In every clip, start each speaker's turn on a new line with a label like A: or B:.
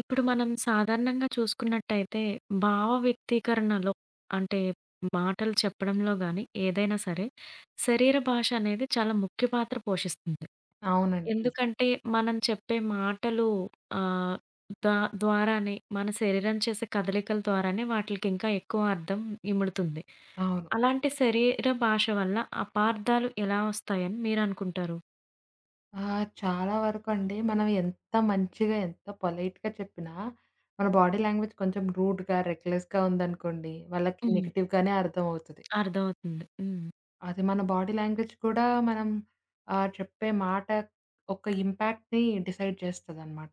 A: ఇప్పుడు మనం సాధారణంగా చూసుకున్నట్టయితే భావ వ్యక్తీకరణలో అంటే మాటలు చెప్పడంలో గాని, ఏదైనా సరే శరీర భాష అనేది చాలా ముఖ్య పాత్ర పోషిస్తుంది.
B: అవునండి. నిజమే.
A: ఎందుకంటే మనం చెప్పే మాటలు ఆహ్, దా ద్వారానే మన శరీరం చేసే కదలికల ద్వారానే వాటిలికి ఇంకా ఎక్కువ అర్థం ఇముడుతుంది.
B: అవును.
A: అలాంటి శరీర భాష వల్ల అపార్థాలు ఎలా వస్తాయని మీరనుకుంటారు?
B: చాలా వరకండి మనం ఎంత మంచిగా, ఎంత పొలైట్‌గా చెప్పినా, మన బాడీ లాంగ్వేజ్ కొంచెం రూడ్‌గా, రెక్లెస్‌గా ఉందనుకోండి, వాళ్ళకి
A: హ్మ్.
B: నెగెటివ్‌గానే అర్థమవుతది.
A: అర్థమవుతుంది. హ్మ్.
B: అది మన బాడీ లాంగ్వేజ్ కూడా మనం చెప్పే మాట ఒక ఇంపాక్ట్‌ని డిసైడ్ చేస్తదనమాట.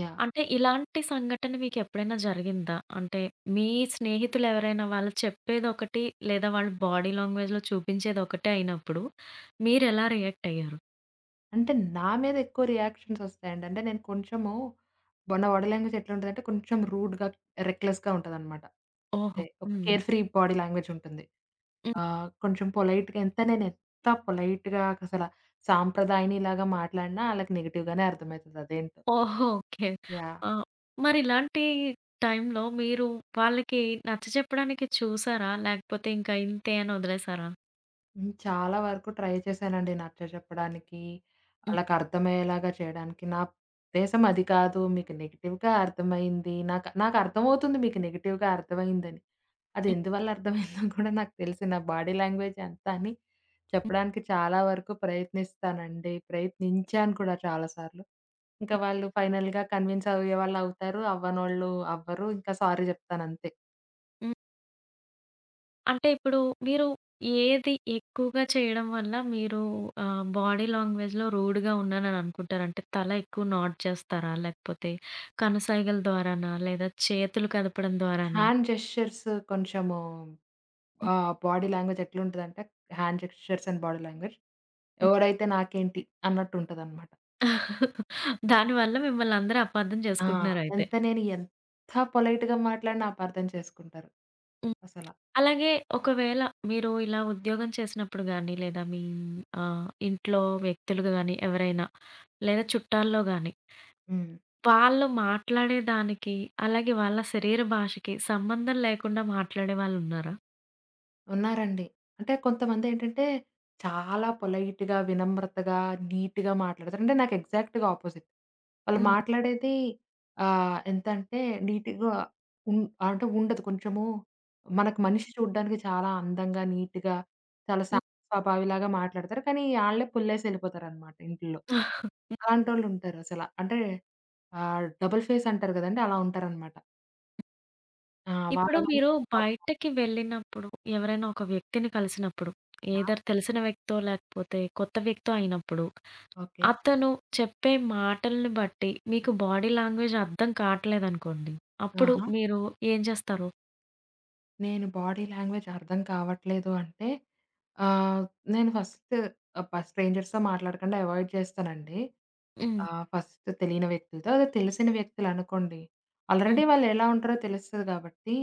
B: యాహ్!
A: అంటే ఇలాంటి సంఘటన మీకెప్పుడైనా జరిగిందా? అంటే మీ స్నేహితులెవరైనా వాళ్ళు చెప్పేదొకటి, లేదా వాళ్ళు బాడీ లాంగ్వేజ్‌లో చూపించేదొకటే అయినప్పుడు, మీరెలా రియాక్ట్ అయ్యారు?
B: అంటే నా మీద ఎక్కువ రియాక్షన్స్ వస్తాయండి. అంటే నేను కొంచెము నా బాడీ లాంగ్వేజ్ ఎట్లుంటదంటే కొంచెం రూడ్‌గా, రెక్లెస్‌గా ఉంటదనమాట.
A: ఓహో!
B: అంటే ఒక
A: హ్మ్.
B: కేర్ ఫ్రీ బాడీ లాంగ్వేజ్ ఉంటుంది.
A: హ్మ్.
B: కొంచెం పొలైట్‌గా నేనెంత పొలైట్‌గా అసల సాంప్రదాయనిలాగా మాట్లాడినా ఆళ్ళకి నెగెటివ్‌గానే అర్థమైతది అదేంటో.
A: ఓహో! ఓకే.
B: యాహ్!
A: ఆ! మరిలాంటి టైంలో మీరు వాళ్ళకి నచ్చచెప్పడానికి చూసారా? లేకపోతే ఇంకా ఇంతే అని వదిలేసారా?
B: హ్మ్. చాలా వరకు ట్రై చేశానండి నచ్చచెప్పడానికి,
A: హ్మ్.
B: ఆళ్ళకర్థమయ్యేలాగా చేయడానికి. నా ఉద్దేశ్యం అది కాదు. మీకు నెగెటివ్‌గా అర్థమైంది. నాకర్థమవుతుంది మీకు నెగెటివ్‌గా అర్థమైందని. అది
A: హ్మ్.
B: ఎందువల్ల అర్థమైందో కూడా నాకు తెలుసు. నా బాడీ లాంగ్వేజ్ అంతా అని
A: హ్మ్. హ్మ్.
B: చెప్పడానికి చాలా వరకు ప్రయత్నిస్తానండి. ప్రయత్నించాను కూడా చాలా సార్లు. ఇంకా వాళ్ళు ఫైనల్‌గా కన్విన్స్ అయ్యేవాళ్ళు అవుతారు. అవ్వనోళ్ళు అవ్వరు. ఇంకా సారీ జెప్తానంతే.
A: అంటే ఇప్పుడు మీరు ఏది ఎక్కువగా చేయడం వల్ల మీరు బాడీ లాంగ్వేజ్‌లో రూడ్‌గా ఉన్నానని అనుకుంటారు? అంటే తల ఎక్కువ నోడ్ చేస్తారా? లేకపోతే కనుసైగల ద్వారానా? లేదా చేతులు కదపడం ద్వారానా?
B: హ్యాండ్ జెస్చర్స్ కొంచెము
A: హ్మ్.
B: బాడీ లాంగ్వేజ్ ఎట్లుంటదంటే hand gestures and body language
A: హ్మ్.
B: ఎవడైతే నాకేంటి అన్నట్టు ఉంటదనమాట.
A: దానివల్ల మిమ్మల్ని అందరూ అపార్థం
B: ఆ!
A: చేసుకుంటున్నారయితే.
B: నేను ఎంత పొలైట్‌గా మాట్లాడినా అపార్థం చేసుకుంటారు.
A: హ్మ్.
B: అసల.
A: అలాగే ఒకవేళ మీరు ఇలా ఉద్యోగం చేసినప్పుడు గానీ, లేదా మీ ఇంట్లో వ్యక్తులుగా గానీ ఎవరైనా, లేదా చుట్టాల్లో గానీ
B: హ్మ్.
A: వాళ్ళు మాట్లాడేదానికి, అలాగే వాళ్ళ శరీర భాషకి సంబంధం లేకుండా మాట్లాడేవాళ్ళున్నారా?
B: ఉన్నారండి. అంటే కొంతమందేంటంటే చాలా పొలైట్‌గా, వినమ్రతగా, నీట్‌గా మాట్లాడతారు. అంటే నాకు ఎగ్జాక్ట్‌గా అపోజిట్. వాళ్ళు
A: హ్మ్.
B: మాట్లాడేది ఎంతంటే నీట్‌గా ఉన్ అంటే ఉండదు. కొంచెము మనకు మనిషి చూడ్డానికి చాలా అందంగా, నీట్‌గా, చాలా సా
A: హ్మ్.
B: స్వభావిలాగా మాట్లాడతారు. కానీ ఆళ్ళే పుల్లేసి ఎళ్ళిపోతారనమాట ఇంట్లో. అలాంటోళ్ళుంటారు అసల. అంటే డబుల్ ఫేస్ అంటారు గదండీ! అలా ఉంటారనమాట. ఆ! వాళ్ళ
A: ఇప్పుడు
B: వల్ల
A: మీరు
B: చాలా ప్రాబ్లమ్.
A: బయటకి వెళ్ళినప్పుడు, ఎవరైనా ఒక వ్యక్తిని కలిసినప్పుడు, ఎయిదర్ తెలిసిన వ్యక్తో, లేకపోతే కొత్త వ్యక్తో అయినప్పుడు,
B: ఓకే.
A: అతను చెప్పే మాటల్ని బట్టి మీకు బాడీ లాంగ్వేజ్ అర్థం కావట్లేదనుకోండి, అప్పుడు
B: ఆహా!
A: మీరు ఏం చేస్తారు?
B: నేను బాడీ లాంగ్వేజ్ అర్థం కావట్లేదు అంటే ఆహ్, నేను ఫస్ట్ స్ట్రేంజర్స్‌తో మాట్లాడకుండా అవాయిడ్ చేస్తానండి.
A: హ్మ్.
B: ఫస్ట్ తెలియని వ్యక్తులతో. అదే తెలిసిన వ్యక్తులనుకోండి,
A: హ్మ్.
B: ఆల్రెడీ వాళ్ళెలా ఉంటారో తెలుస్తది కాబట్టి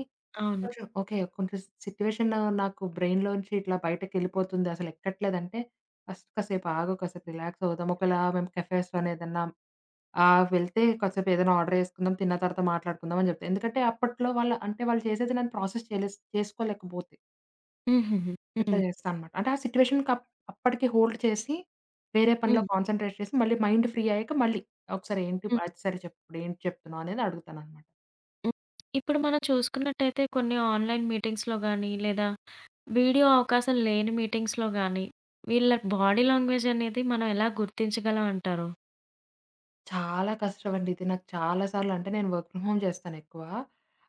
A: అవును.
B: కొంచెం ఓకే. కొంచెం సిట్యుయేషన్ నాకు బ్రెయిన్‌లోంచి ఇట్లా బయటకెళ్ళిపోతుంది. అసలెక్కట్లేదంటే ఫస్ట్ కాసేపు ఆగు, కాసేపు రిలాక్స్ అవుదాం. ఒకేళ మేము కెఫేస్‌లోనేదన్నా ఆ! వెళ్తే కాసేపు ఏదైనా ఆర్డర్ చేసుకుందాం. తిన్న తర్వాత మాట్లాడుకుందాం అని చెప్తా. ఎందుకంటే అప్పట్లో వాళ్ళు అంటే వాళ్ళు చేసేది నేను ప్రాసెస్ చేయలేస్ చేసుకోలేకపోతే
A: హుహుహు.
B: ఇట్లా
A: హ్మ్.
B: చేస్తా అనమాట. అంటే ఆ సిట్యుయేషన్‌కి అప్పటికి హోల్డ్ చేసి వేరే పనిలో
A: హ్మ్.
B: కాన్సంట్రేట్ చేసి మళ్ళీ మైండ్ ఫ్రీ అయ్యాక మళ్ళీ ఒకసారి ఏంటి
A: హ్మ్.
B: అది సరే చెప్పు. ఇప్పుడు ఏంటి చెప్తున్నావు అనేది అడుగుతాననమాట.
A: హ్మ్. ఇప్పుడు మనం చూసుకున్నట్టయితే కొన్ని ఆన్‌లైన్ మీటింగ్స్‌లో గాని, లేదా వీడియో అవకాశం లేని మీటింగ్స్‌లో గాని, వీళ్ళ బాడీ లాంగ్వేజ్ అనేది మనం ఎలా గుర్తించగలం అంటారు?
B: చాలా కష్టమండి. ఇది నాకు చాలా సార్లు అంటే నేను వర్క్ ఫ్రమ్ హోమ్ చేస్తాను ఎక్కువ.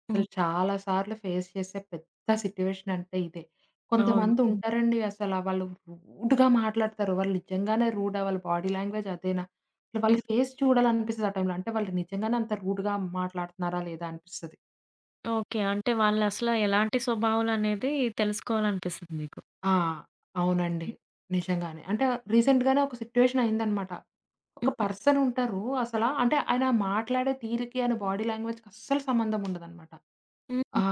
B: అసలు
A: హ్మ్.
B: చాలా సార్లు ఫేస్ చేసే పెద్ద సిట్యుయేషన్ అంటే ఇదే.
A: అవును. హ్మ్.
B: కొంతమందుంటారండి అసల వాళ్ళు రూడ్‌గా మాట్లాడతారు. వాళ్ళు నిజంగానే రూడా వాళ్ళ బాడీ లాంగ్వేజ్ అదేనా? అసలు వాళ్ళ
A: హ్మ్.
B: ఫేస్ చూడాలనిపిస్తది ఆ టైంలో. అంటే వాళ్ళు నిజంగానే అంత రూడ్‌గా మాట్లాడుతున్నారా లేదా అనిపిస్తది.
A: ఓకే. అంటే వాళ్ళసల ఎలాంటి స్వభావాలనేది తెలుసుకోవాలనిపిస్తుంది మీకు.
B: ఆ! అవునండి.
A: హ్మ్.
B: నిజంగానే. అంటే రీసెంట్‌గానే ఒక సిట్యుయేషన్ అయిందనమాట. ఒక పర్సన్ ఉంటారు అసల అంటే ఆయన మాట్లాడే తీరుకి, ఆయన బాడీ లాంగ్వేజ్‌కి అస్సలు సంబంధం ఉండదనమాట.
A: హ్మ్.
B: ఆ!
A: హ్మ్.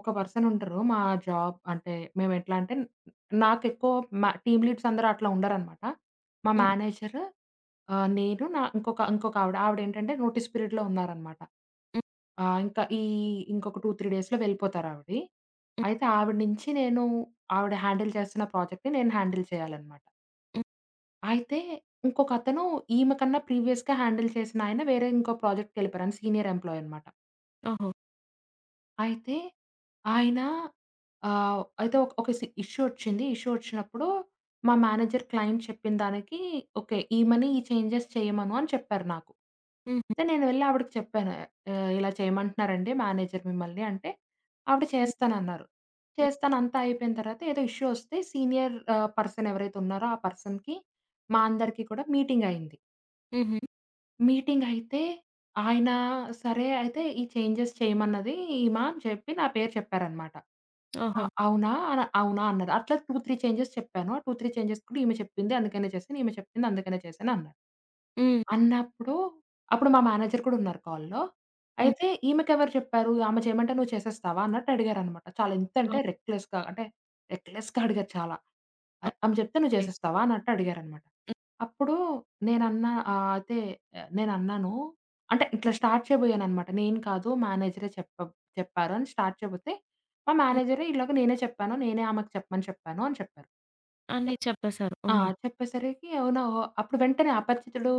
B: ఒక పర్సనుంటరు. మా జాబ్ అంటే మేమెట్లా అంటే నాకెక్కువ మా టీమ్ లీడ్స్ అందరూ అట్లా ఉండరనమాట. మా
A: హ్మ్.
B: మేనేజర్, నేను నా ఇంకొక ఇంకొక ఆవిడ. ఆవిడేంటంటే నోటీస్ పీరియడ్‌లో ఉన్నారనమాట.
A: హ్మ్.
B: ఆహ్, ఇంకా ఈ ఇంకొక 2, 3 డేస్‌లో వెళ్ళిపోతారావిడి.
A: హ్మ్.
B: అయితే ఆవిడ నుంచి నేను ఆవిడ హ్యాండిల్ చేస్తున్న ప్రాజెక్ట్‌ని నేను హ్యాండిల్ చేయాలనమాట.
A: హ్మ్.
B: అయితే ఇంకొకతను ఈమె కన్నా ప్రీవియస్‌గా హ్యాండిల్ చేసిన ఆయన వేరే ఇంకో ప్రాజెక్ట్‌కెళ్ళిపోయారు. ఆయన సీనియర్ ఎంప్లాయీ అనమాట.
A: ఓహో!
B: అయితే ఆయన ఆహ్, అయితే ఒక ఒక సి ఇష్యూ ఒచ్చింది. ఇష్యూ ఒచ్చినప్పుడు మా మేనేజర్ క్లయింట్ చెప్పిన దానికి ఓకే. ఈమని ఈ చేంజెస్ చేయమను అని చెప్పారు నాకు.
A: హుహు.
B: అయితే నేను వెళ్లి ఆవిడకి చెప్పాను. ఇలా చేయమంటున్నారండి మేనేజర్ మిమ్మల్ని అంటే, ఆవిడ చేస్తానన్నారు.
A: హ్మ్.
B: చేస్తాను అంతా అయిపోయిన తర్వాత ఏదో ఇష్యూ ఒస్తే సీనియర్ పర్సన్ ఎవరైతే ఉన్నారో ఆ పర్సన్‌కి, మా అందరికీ కూడా మీటింగ్ అయింది.
A: హుహు.
B: మీటింగ్ అయితే ఆయన సరే అయితే ఈ చేంజెస్ చేయమన్నది ఈమె అని చెప్పి నా పేరు చెప్పారనమాట. ఆ!
A: ఓహో!
B: అవునా? అవునా అన్నది. అట్లా 2, 3 చేంజెస్ చెప్పాను. ఆ 2, 3 చేంజెస్ కూడా ఈమె చెప్పింది అందుకనే చేశాను. ఈమె చెప్పింది అందుకనే చేశాను అన్నాడు.
A: హ్మ్.
B: అన్నప్పుడు అప్పుడు మా మేనేజర్ కూడా ఉన్నారు కాల్‌లో.
A: హ్మ్.
B: అయితే ఈమెకెవరు చెప్పారు? ఆమె చేయమంటే నువ్వు చేసేస్తావా అన్నట్టు అడిగారనమాట. చాలా ఎంతంటే
A: ఓహ్!
B: రెక్‌లెస్‌గా అంటే రెక్‌లెస్‌గా అడిగారు చాలా. ఆమె చెప్తే "నువ్వు
A: ఓకే.
B: చేసేస్తావా?" అన్నట్టు అడిగారనమాట.
A: హ్మ్.
B: అప్పుడు నేనన్నా ఆహ్, అయితే నేనన్నాను అంటే ఇట్లా
A: హ్మ్.
B: స్టార్ట్ చేయబోయాననమాట. నేను కాదు మేనేజరే చెప్పారు అని స్టార్ట్ చేయబోతే, మా
A: హ్మ్.
B: మేనేజరే ఇలాగ నేనే చెప్పాను. నేనే ఆమెకు చెప్పమని చెప్పాను అని చెప్పారు.
A: అని
B: చెప్
A: చెప్పేసారు.
B: ఆ!
A: హ్మ్.
B: చెప్పేసరికి అవునా! ఓహ్! అప్పుడు వెంటనే అపరిచితుడు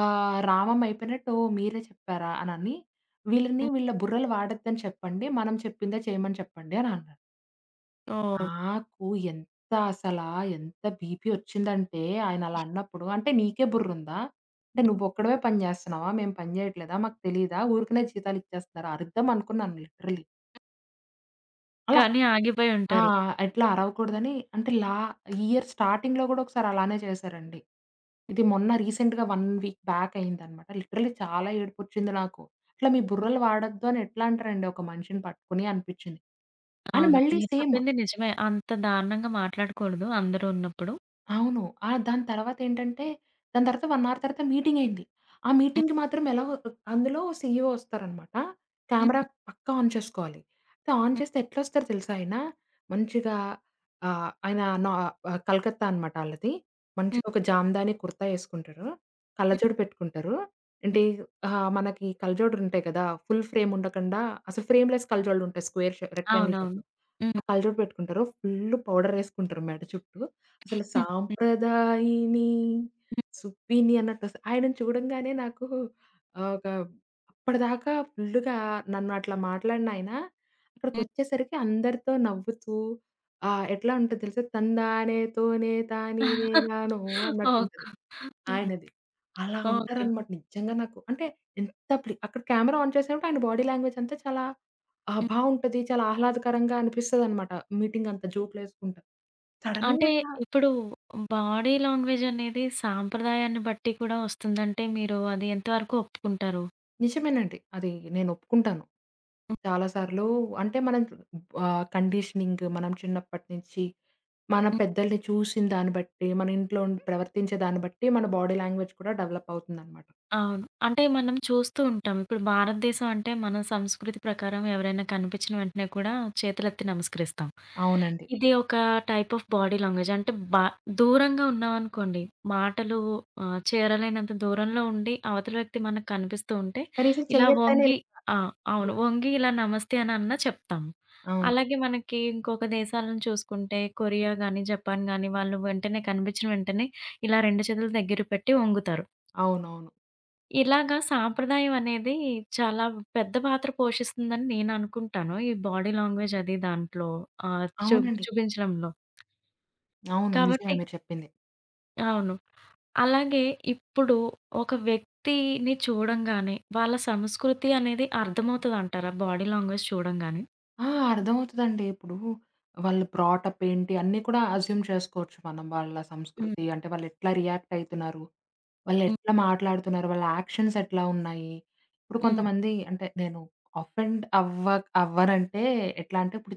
B: రామం అయిపోయినట్టు "ఓహ్! మీరే చెప్పారా?" అనని, "వీళ్ళని
A: హ్మ్.
B: వీళ్ళ బుర్రలు వాడొద్దని చెప్పండి. మనం చెప్పిందే చేయమని చెప్పండి" అని అన్నారు.
A: ఓహ్!
B: నాకు ఎంత అసలా ఎంత బీపీ ఒచ్చిందంటే, ఆయనలా అన్నప్పుడు అంటే, "నీకే బుర్రుందా? అంటే నువ్వొక్కడివే పని జేస్తన్నావా? మేము పని జేయట్లేదా? మాకు తెలీదా? ఊరికనే జీతాలిచ్చేస్తున్నారా?" అరుద్దాం అనుకున్నాను లిటరల్లీ. అలా
A: కానీ ఆగిపోయి
B: ఆ!
A: ఉంటారు.
B: ఎట్లా అరవకూడదని అంటే లా ఇయర్ స్టార్టింగ్‌లో గూడా ఒకసారి అలానే చేశారండి. ఇది మొన్న రీసెంట్‌గా 1 వీక్ బ్యాక్ అయిందనమాట. లిటరల్లీ చాలా ఏడుపొచ్చింది నాకు. "ఇట్లా మీ బుర్రలు వాడొద్దు" అని ఎట్లా అంటారండి ఒక మనిషిని పట్టుకొని అనిపిచ్చింది. అని
A: అవును.
B: మళ్ళీ
A: మీరు
B: సేమ్
A: చెప్పింది నిజమే. అంత దారుణంగా మాట్లాడకూడదు అందరూ ఉన్నప్పుడు.
B: అవును. ఆ! దాని తర్వాతేంటంటే, దాని తర్వాత 1 అవర్ తర్వాత మీటింగయింది. ఆ
A: హ్మ్.
B: మీటింగ్‌కి మాత్రం ఎలాగో అందులో సీఈఓ వస్తారనమాట.
A: హ్మ్.
B: కెమెరా పక్కా ఆన్ చేసుకోవాలి. అయితే ఆన్
A: హ్మ్.
B: చేస్తే ఎట్లొస్తారు తెలుసా ఆయన? మంచిగా ఆహ్, ఆయన నా ఆహ్, కలకత్తా అనమాట ఆళ్ళది.
A: హ్మ్.
B: మంచిగా ఒక జామదాని కుర్తా యేసుకుంటారు. కళ్ళజోడు పెట్టుకుంటారు. ఏంటి మనకి కళ్ళజోడులుంటాయి కదా! ఫుల్ ఫ్రేమ్ ఉండకుండా అసలు ఫ్రేమ్‌లెస్ కళ్ళజోడులుంటాయి. స్క్వేర్ షే రెక్టాంగిల్
A: అవునవును.
B: షేప్‌లో. ఆ
A: హ్మ్.
B: కళ్ళజోడు పెట్టుకుంటారు. ఫుల్లు పౌడరేసుకుంటారు మెడ చుట్టూ. అసలు
A: హ్మ్.
B: సాంప్రదాయిని,
A: హ్మ్.
B: సుప్పిని అన్నట్టు అసలు ఆయనను చూడంగానే నాకు ఆహ్, ఒక అప్పటిదాకా ఫుల్లుగా నన్ను అట్లా మాట్లాడిన ఆయన,
A: హ్మ్.
B: అక్కడికొచ్చేసరికి అందరితో నవ్వుతూ ఎట్లా ఉంటది తెలుసా? 'తందానే తోనే తానీనే నానో' అన్నట్టుంటది
A: ఓకే. హ్మ్.
B: ఆయనది. అలా
A: ఓకే.
B: ఉంటారనమాట నిజంగా నాకు. అంటే ఎంత ప్లి అక్కడ కెమెరా ఆన్ చేసినప్పుడు ఆయన బాడీ లాంగ్వేజ్ అంతా చాలా ఆ!
A: హ్మ్.
B: బావుంటది. చాలా ఆహ్లాదకరంగా అనిపిస్తదనమాట. మీటింగ్ అంతా జోకులేసుకుంటా. సడెన్‌గా
A: అంటే
B: ఇట్లా
A: ఇప్పుడు బాడీ లాంగ్వేజ్ అనేది సాంప్రదాయాన్ని బట్టి కూడా వస్తుందంటే మీరు అది ఎంతవరకు ఒప్పుకుంటారు?
B: నిజమేనండి. అది నేను ఒప్పుకుంటాను.
A: హ్మ్. హ్మ్.
B: చాలా సార్లు అంటే మనం కండిషనింగ్ మనం చిన్నప్పటి నుంచి మన పెద్దల్ని చూసిన దాన్ని బట్టి, మన ఇంట్లో ఉండి ప్రవర్తించే దాన్ని బట్టి మన బాడీ లాంగ్వేజ్ కూడా డెవలప్ అవుతుందనమాట.
A: అవును. అంటే మనం చూస్తూ ఉంటాం. ఇప్పుడు భారతదేశం అంటే మన సంస్కృతి ప్రకారం ఎవరైనా కనిపించిన వెంటనే కూడా చేతులెత్తి నమస్కరిస్తాం.
B: అవునండి.
A: ఇది ఒక టైప్ ఆఫ్ బాడీ లాంగ్వేజ్. అంటే బా దూరంగా ఉన్నామనుకోండి, మాటలు చేరలేనంత దూరంలో ఉండి అవతల వ్యక్తి మనకు కనిపిస్తూ ఉంటే
B: కనీసం
A: ఇలా
B: చెయ్యొద్దనే
A: వంగి
B: లేదు.
A: ఆ! అవును. వంగి ఇలా నమస్తే అనన్నా చెప్తాము.
B: అవును.
A: అలాగే మనకి ఇంకొక దేశాలను చూసుకుంటే కొరియా గానీ, జపాన్ గానీ వాళ్ళు వెంటనే కనిపించిన వెంటనే ఇలా 2 చేతులు దగ్గర పెట్టి వంగుతారు.
B: అవునవును.
A: ఇలాగా సాంప్రదాయం అనేది చాలా పెద్ద పాత్ర పోషిస్తుందని నేను అనుకుంటాను. ఈ బాడీ లాంగ్వేజ్ అది దాంట్లో ఆహ్, చూ
B: అవునండి.
A: చూపించడంలో.
B: అవును. నిజమే
A: కాబట్టి
B: మీరు చెప్పింది.
A: అవును. అలాగే ఇప్పుడు ఒక వ్యక్తిని చూడంగానే వాళ్ళ సంస్కృతి అనేది అర్థమవుతదంటారా? బాడీ లాంగ్వేజ్ చూడంగానే?
B: ఆ! అర్థమవుతదండి. ఇప్పుడు వాళ్ళు బ్రాట్ అప్ ఏంటి అన్నీ కూడా అస్యూమ్ చేసుకోవచ్చు మనం. వాళ్ళ
A: హ్మ్.
B: సంస్కృతి అంటే వాళ్ళెట్లా రియాక్ట్ అయితున్నారు?
A: హ్మ్.
B: వాళ్ళెట్లా మాట్లాడుతున్నారు? వాళ్ళ యాక్షన్స్ ఎట్లా ఉన్నాయి? ఇప్పుడు
A: హ్మ్.
B: కొంతమంది అంటే నేను అఫెండ్ అవ్వ అవ్వనంటే ఎట్లా అంటే ఇప్పుడు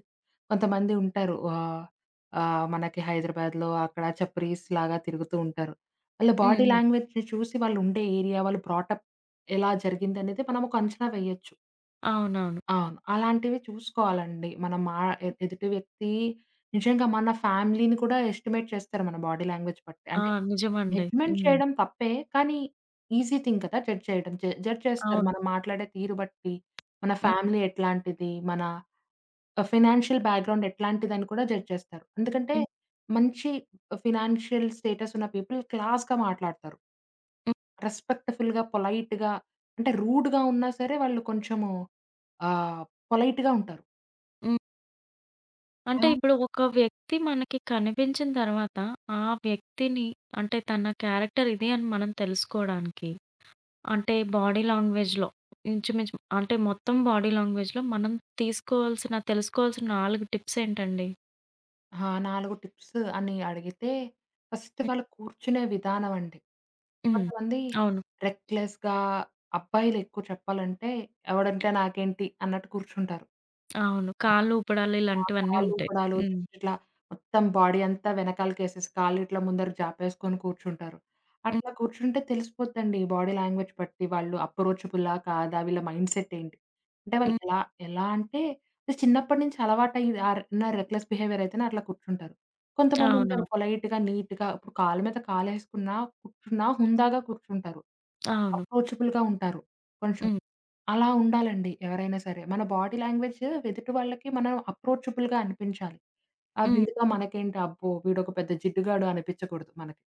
B: కొంతమంది ఉంటారు. ఆహ్, ఆహ్, మనకి హైదరాబాద్‌లో అక్కడ చప్రీస్ లాగా తిరుగుతూ ఉంటారు. వాళ్ళ
A: హ్మ్.
B: బాడీ
A: హ్మ్.
B: లాంగ్వేజ్‌ని చూసి వాళ్ళు ఉండే ఏరియా, వాళ్ళు బ్రాట్ అప్ ఎలా జరిగిందనేది మనం ఒక అంచనా వేయొచ్చు.
A: అవునవును.
B: అవును. అలాంటివి చూసుకోవాలండి. మనం మా ఎ ఎదుటి వ్యక్తి నిజంగా మన ఫ్యామిలీని కూడా ఎస్టిమేట్ చేస్తారు మన బాడీ లాంగ్వేజ్ బట్టి.
A: ఆ!
B: అంటే
A: నిజమండి.
B: జడ్జ్‌మెంట్
A: హ్మ్.
B: చేయడం తప్పే. కానీ ఈజీ థింగ్ కదా! జడ్జ్ చేయడం. జడ్జ్ చేస్తారు.
A: అవును.
B: మనం మాట్లాడే తీరు బట్టి, మన
A: హ్మ్.
B: ఫ్యామిలీ ఎట్లాంటిది, మన ఫైనాన్షియల్ బ్యాక్‌గ్రౌండ్ ఎట్లాంటిదని కూడా జడ్జ్ చేస్తారు. ఎందుకంటే
A: హ్మ్.
B: మంచి ఫైనాన్షియల్ స్టేటస్ ఉన్న పీపుల్ క్లాస్‌గా మాట్లాడతారు.
A: హ్మ్.
B: రెస్పెక్ట్‌ఫుల్‌గా, పొలైట్‌గా అంటే రూడ్‌గా ఉన్నా సరే వాళ్ళు కొంచెము ఆహ్, పొలైట్‌గా ఉంటారు.
A: హ్మ్. అంటే
B: అలా
A: ఇప్పుడు ఒక వ్యక్తి మనకి కనిపించిన తర్వాత, ఆ వ్యక్తిని అంటే తన క్యారెక్టర్ ఇది అని మనం తెలుసుకోవడానికి, అంటే బాడీ లాంగ్వేజ్‌లో ఇంచుమించు అంటే మొత్తం బాడీ లాంగ్వేజ్‌లో మనం తీసుకోవాల్సిన, తెలుసుకోవాల్సిన 4 టిప్స్ ఏంటండి?
B: ఆ! 4 టిప్స్ అని అడిగితే, ఫస్ట్
A: హ్మ్.
B: వాళ్ళు కూర్చునే విధానం అండి.
A: హ్మ్.
B: కొంతమంది
A: అవును.
B: రెక్లెస్‌గా అబ్బాయిలు ఎక్కువ చెప్పాలంటే, ఎవడంటే నాకేంటి అన్నట్టు కూర్చుంటారు.
A: అవును. కాళ్ళు ఊపడాలు
B: ఆ!
A: ఇలాంటివన్నీ
B: కాళ్ళు
A: ఉంటాయి.
B: ఊపడాలు
A: హ్మ్.
B: జస్ట్ ఇట్లా మొత్తం బాడీ అంతా వెనకాలకేసేసి, కాళ్ళు ఇట్లా ముందరకు జాపేసుకొని కూర్చుంటారు.
A: హ్మ్.
B: అట్లా కూర్చుంటే తెలిసిపోద్దండి బాడీ లాంగ్వేజ్ బట్టి, వాళ్ళు అప్రోచబులా కాదా? వీళ్ళ మైండ్‌సెట్ ఏంటి? అంటే వాళ్ళు
A: హ్మ్.
B: ఎలా ఎలా అంటే చిన్నప్పటి నుంచి అలవాటయ్యి ఆర్ నా రెక్లెస్ బిహేవియర్ అయితేనే అట్లా కూర్చుంటారు. కొంతమంది ఉంటారు
A: అవునవును.
B: పొలైట్‌గా, నీట్‌గా ఇప్పుడు కాళ్ళ మీద కాలేసుకున్నా, కూర్చున్నా హుందాగా కూర్చుంటారు.
A: అవును.
B: అప్రోచబుల్‌గా ఉంటారు కొంచెం.
A: హ్మ్.
B: అలా ఉండాలండి ఎవరైనా సరే. మన బాడీ లాంగ్వేజ్ ఎదుటి వాళ్ళకి మనం అప్రోచబుల్‌గా అనిపించాలి. ఆ!
A: హ్మ్.
B: వీడితో మనకేంటి అబ్బో! వీడొక పెద్ద జిడ్డుగాడు అనిపించకూడదు మనకి.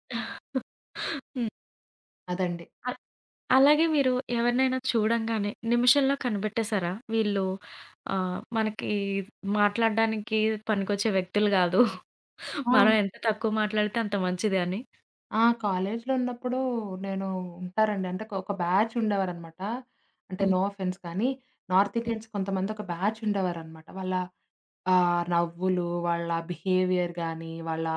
A: హ్మ్.
B: అదండి.
A: అలాగే మీరు ఎవరినైనా చూడంగానే నిమిషంలో కనిపెట్టేసారా? వీళ్ళు మనకి మాట్లాడడానికి పనికొచ్చే వ్యక్తులు గాదు.
B: ఆ!
A: మనం ఎంత తక్కువ మాట్లాడితే అంత మంచిది అని.
B: ఆ! కాలేజ్‌లో ఉన్నప్పుడు నేను ఉంటారండి. అంటే ఒక ఒక బ్యాచ్ ఉండేవారనమాట. అంటే
A: హ్మ్.
B: నో అఫెన్స్ కానీ నార్త్
A: హ్మ్.
B: ఇండియన్స్ కొంతమంది ఒక బ్యాచ్ ఉండేవారనమాట. వాళ్ళ నవ్వులు, వాళ్ళ బిహేవియర్ గాని, వాళ్ళ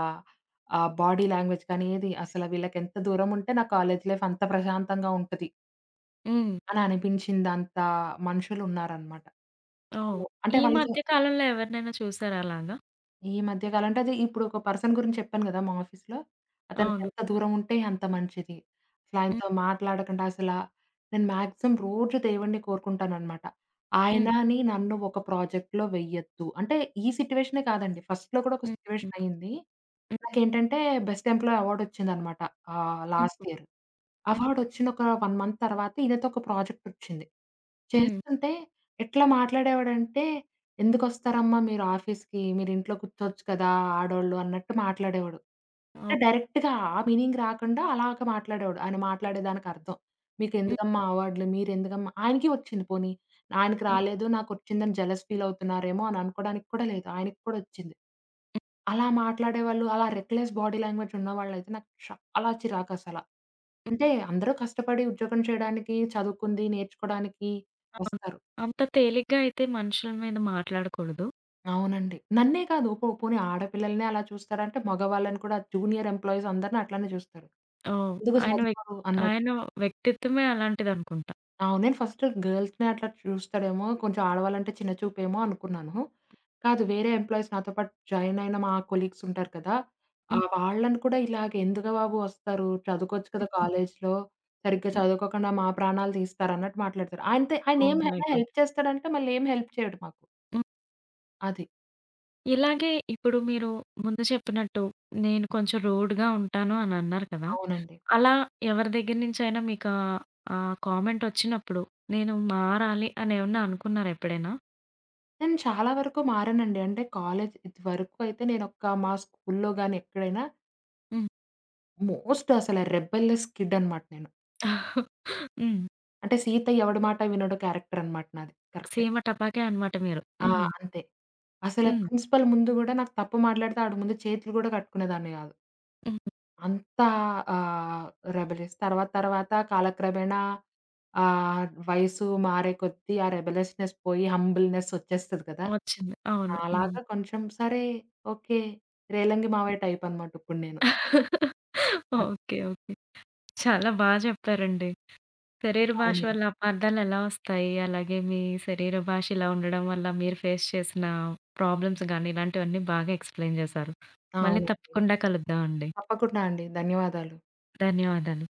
B: బాడీ లాంగ్వేజ్ కానీ ఏది అసలు వీళ్ళకెంత దూరం ఉంటే నా కాలేజ్ లైఫ్ అంత ప్రశాంతంగా ఉంటది
A: హ్మ్.
B: అని అనిపించిందంత మనుషులున్నారనమాట. సో
A: ఓహ్!
B: అంటే
A: ఈ
B: వాళ్ళతో
A: మధ్య కాలంలో ఎవరినైనా చూసారా అలాగా?
B: ఈ మధ్య కాలం అంటే అది ఇప్పుడు ఒక పర్సన్ గురించి చెప్పాను గదా! మా ఆఫీస్‌లో.
A: అవును.
B: అతనికెంత దూరం ఉంటే అంత మంచిది. అసలు
A: హ్మ్.
B: ఆయనతో మాట్లాడకుండా అసలా నేను మాక్సిమం రోజు దేవుడిని కోరుకుంటాననమాట. ఆయన
A: హ్మ్.
B: అని నన్ను ఒక ప్రాజెక్ట్‌లో వెయ్యొద్దు. అంటే ఈ సిట్యుయేషనే కాదండి. ఫస్ట్‌లో కూడా ఒక
A: హ్మ్.
B: సిట్యుయేషన్
A: హ్మ్.
B: అయింది.
A: హ్మ్.
B: నాకేంటంటే బెస్ట్ ఎంప్లాయీ అవార్డొచ్చిందనమాట. Last
A: hmm.
B: ఇయర్.
A: హ్మ్.
B: అవార్డొచ్చిన ఒక 1 మంత్ తర్వాత ఈయనతో ఒక ప్రాజెక్టొచ్చింది.
A: హ్మ్.
B: చేస్తుంటే ఎట్లా మాట్లాడేవాడంటే, "ఎందుకొస్తారమ్మా మీరు ఆఫీస్‌కి? మీరింట్లో కూర్చోవచ్చు కదా! ఆడోళ్ళు" అన్నట్టు మాట్లాడేవాడు.
A: ఓహ్!
B: అంటే డైరెక్ట్‌గా ఆ మీనింగ్ రాకుండా అలాగ మాట్లాడేవాడు. ఆయన మాట్లాడేదానికర్థం.
A: హ్మ్.
B: "మీకెందుకమ్మా అవార్డులు? మీరెందుకమ్మా" ఆయనకి వచ్చింది పోనీ. ఆయనకి
A: హ్మ్.
B: రాలేదు నాకొచ్చిందని జెలస్ ఫీలవుతున్నారేమో అని అనుకోడానికి కూడా లేదు. ఆయనకి కూడా వచ్చింది. అలా మాట్లాడేవాళ్ళు, అలా రెక్‌లెస్ బాడీ లాంగ్వేజ్ ఉన్నవాళ్ళైతే నాకు చాలా చిరాకసల. అంటే అందరూ కష్టపడి ఉద్యోగం చేయడానికి, చదువుకుంది, నేర్చుకోడానికి వస్తారు.
A: అంత తేలిగ్గా అయితే మనుషుల మీద మాట్లాడకూడదు.
B: అవునండి. నన్నే కాదు పో పోనీ ఆడపిల్లలనే అలా చూస్తారంటే మగవాళ్ళని కూడా జూనియర్ ఎంప్లాయీస్ అందరిని అట్లానే చూస్తారు.
A: ఓహ్!
B: ఎందుకు
A: ఆయన వ్యక్
B: చదువుకోరు అన్నట్టు.
A: ఆయన వ్యక్తిత్వమే అలాంటిదనుకుంటా.
B: అవును. నేను ఫస్ట్ గర్ల్స్‌నే అట్లా చూస్తాడేమో, కొంచెం ఆడవాళ్ళంటే చిన్న చూపేమో అనుకున్నాను. కాదు వేరే ఎంప్లాయీస్ నాతో పాటు జాయిన్ అయిన మా కొలీగ్స్ ఉంటారు కదా! ఆ
A: హ్మ్.
B: వాళ్ళని కూడా ఇలాగ "ఎందుకు బాబు వస్తారు? చదువుకోవచ్చు కదా! కాలేజ్‌లో. సరిగ్గా
A: హ్మ్.
B: చదువుకోకుండా మా ప్రాణాలు తీస్తారన్నట్టు" మాట్లాడతారు. ఆయనతే ఆయన
A: ఓహ్ మై
B: ఏమైనా
A: గాడ్!
B: హెల్ప్ చేస్తాడంటే మళ్ళీ ఏం హెల్ప్ చేయడు మాకు. అది.
A: ఇలాగే ఇప్పుడు మీరు ముందు చెప్పినట్టు, నేను కొంచెం రూడ్‌గా ఉంటాను అని అన్నారు కదా!
B: అవునండి.
A: అలా ఎవరి దగ్గర నుంచైనా మీకు ఆహ్, ఆహ్, కామెంట్ వచ్చినప్పుడు నేను మారాలి అని ఏమన్నా అనుకున్నారా ఎప్పుడైనా?
B: నేను చాలా వరకు మారానండి. అంటే కాలేజ్ ఇదివరకు అయితే నేనొక మా స్కూల్‌లో గాని ఎక్కడైనా
A: హ్మ్.
B: మోస్ట్ అసల రెబెల్లెస్ కిడ్ అనమాట నేను.
A: హ్మ్.
B: అంటే 'సీతయ్య ఎవడి మాట వినడు' క్యారెక్టర్ అన్నమాట నాది. కరెక్ట్‌గా.
A: సీమ టపాకే అన్నమాట మీరు.
B: ఆ!
A: హ్మ్.
B: అంతే. అసలు
A: హ్మ్.
B: ప్రిన్సిపల్ ముందు గూడా నాకు తప్పు మాట్లాడితే ఆడి ముందు చేతులు గూడా కట్టుకునేదాన్ని గాదు.
A: హ్మ్.
B: అంత ఆహ్, రెబెలియస్. తర్వాత తర్వాత కాలక్రమేణా వయసు మారే కొద్దీ ఆ రెబెలియస్‌నెస్ పోయి హంబుల్‌నెస్ ఒచ్చేస్తది కదా!
A: వచ్చింది. అవును. హ్మ్.
B: అలాగా కొంచెం సరే ఓకే. రేలంగి మావయ్య టైప్ అన్నమాట ఇప్పుడు నేను. అది.
A: ఓకే. ఓకే. చాలా బా చెప్పారండి. శరీర భాష
B: అవునండి.
A: వల్ల అపార్థాలు ఎలా వస్తాయి? అలాగే మీ శరీర భాష ఇలా ఉండడం వల్ల మీరు ఫేస్ చేసిన ప్రాబ్లమ్స్ గాని, ఇలాంటివన్నీ బాగా ఎక్స్‌ప్లెయిన్ చేశారు.
B: ఆ!
A: మళ్ళీ
B: అవునండి.
A: తప్పకుండా కలుద్దామండి.
B: తప్పకుండా అండి. ధన్యవాదాలు.
A: ధన్యవాదాలు.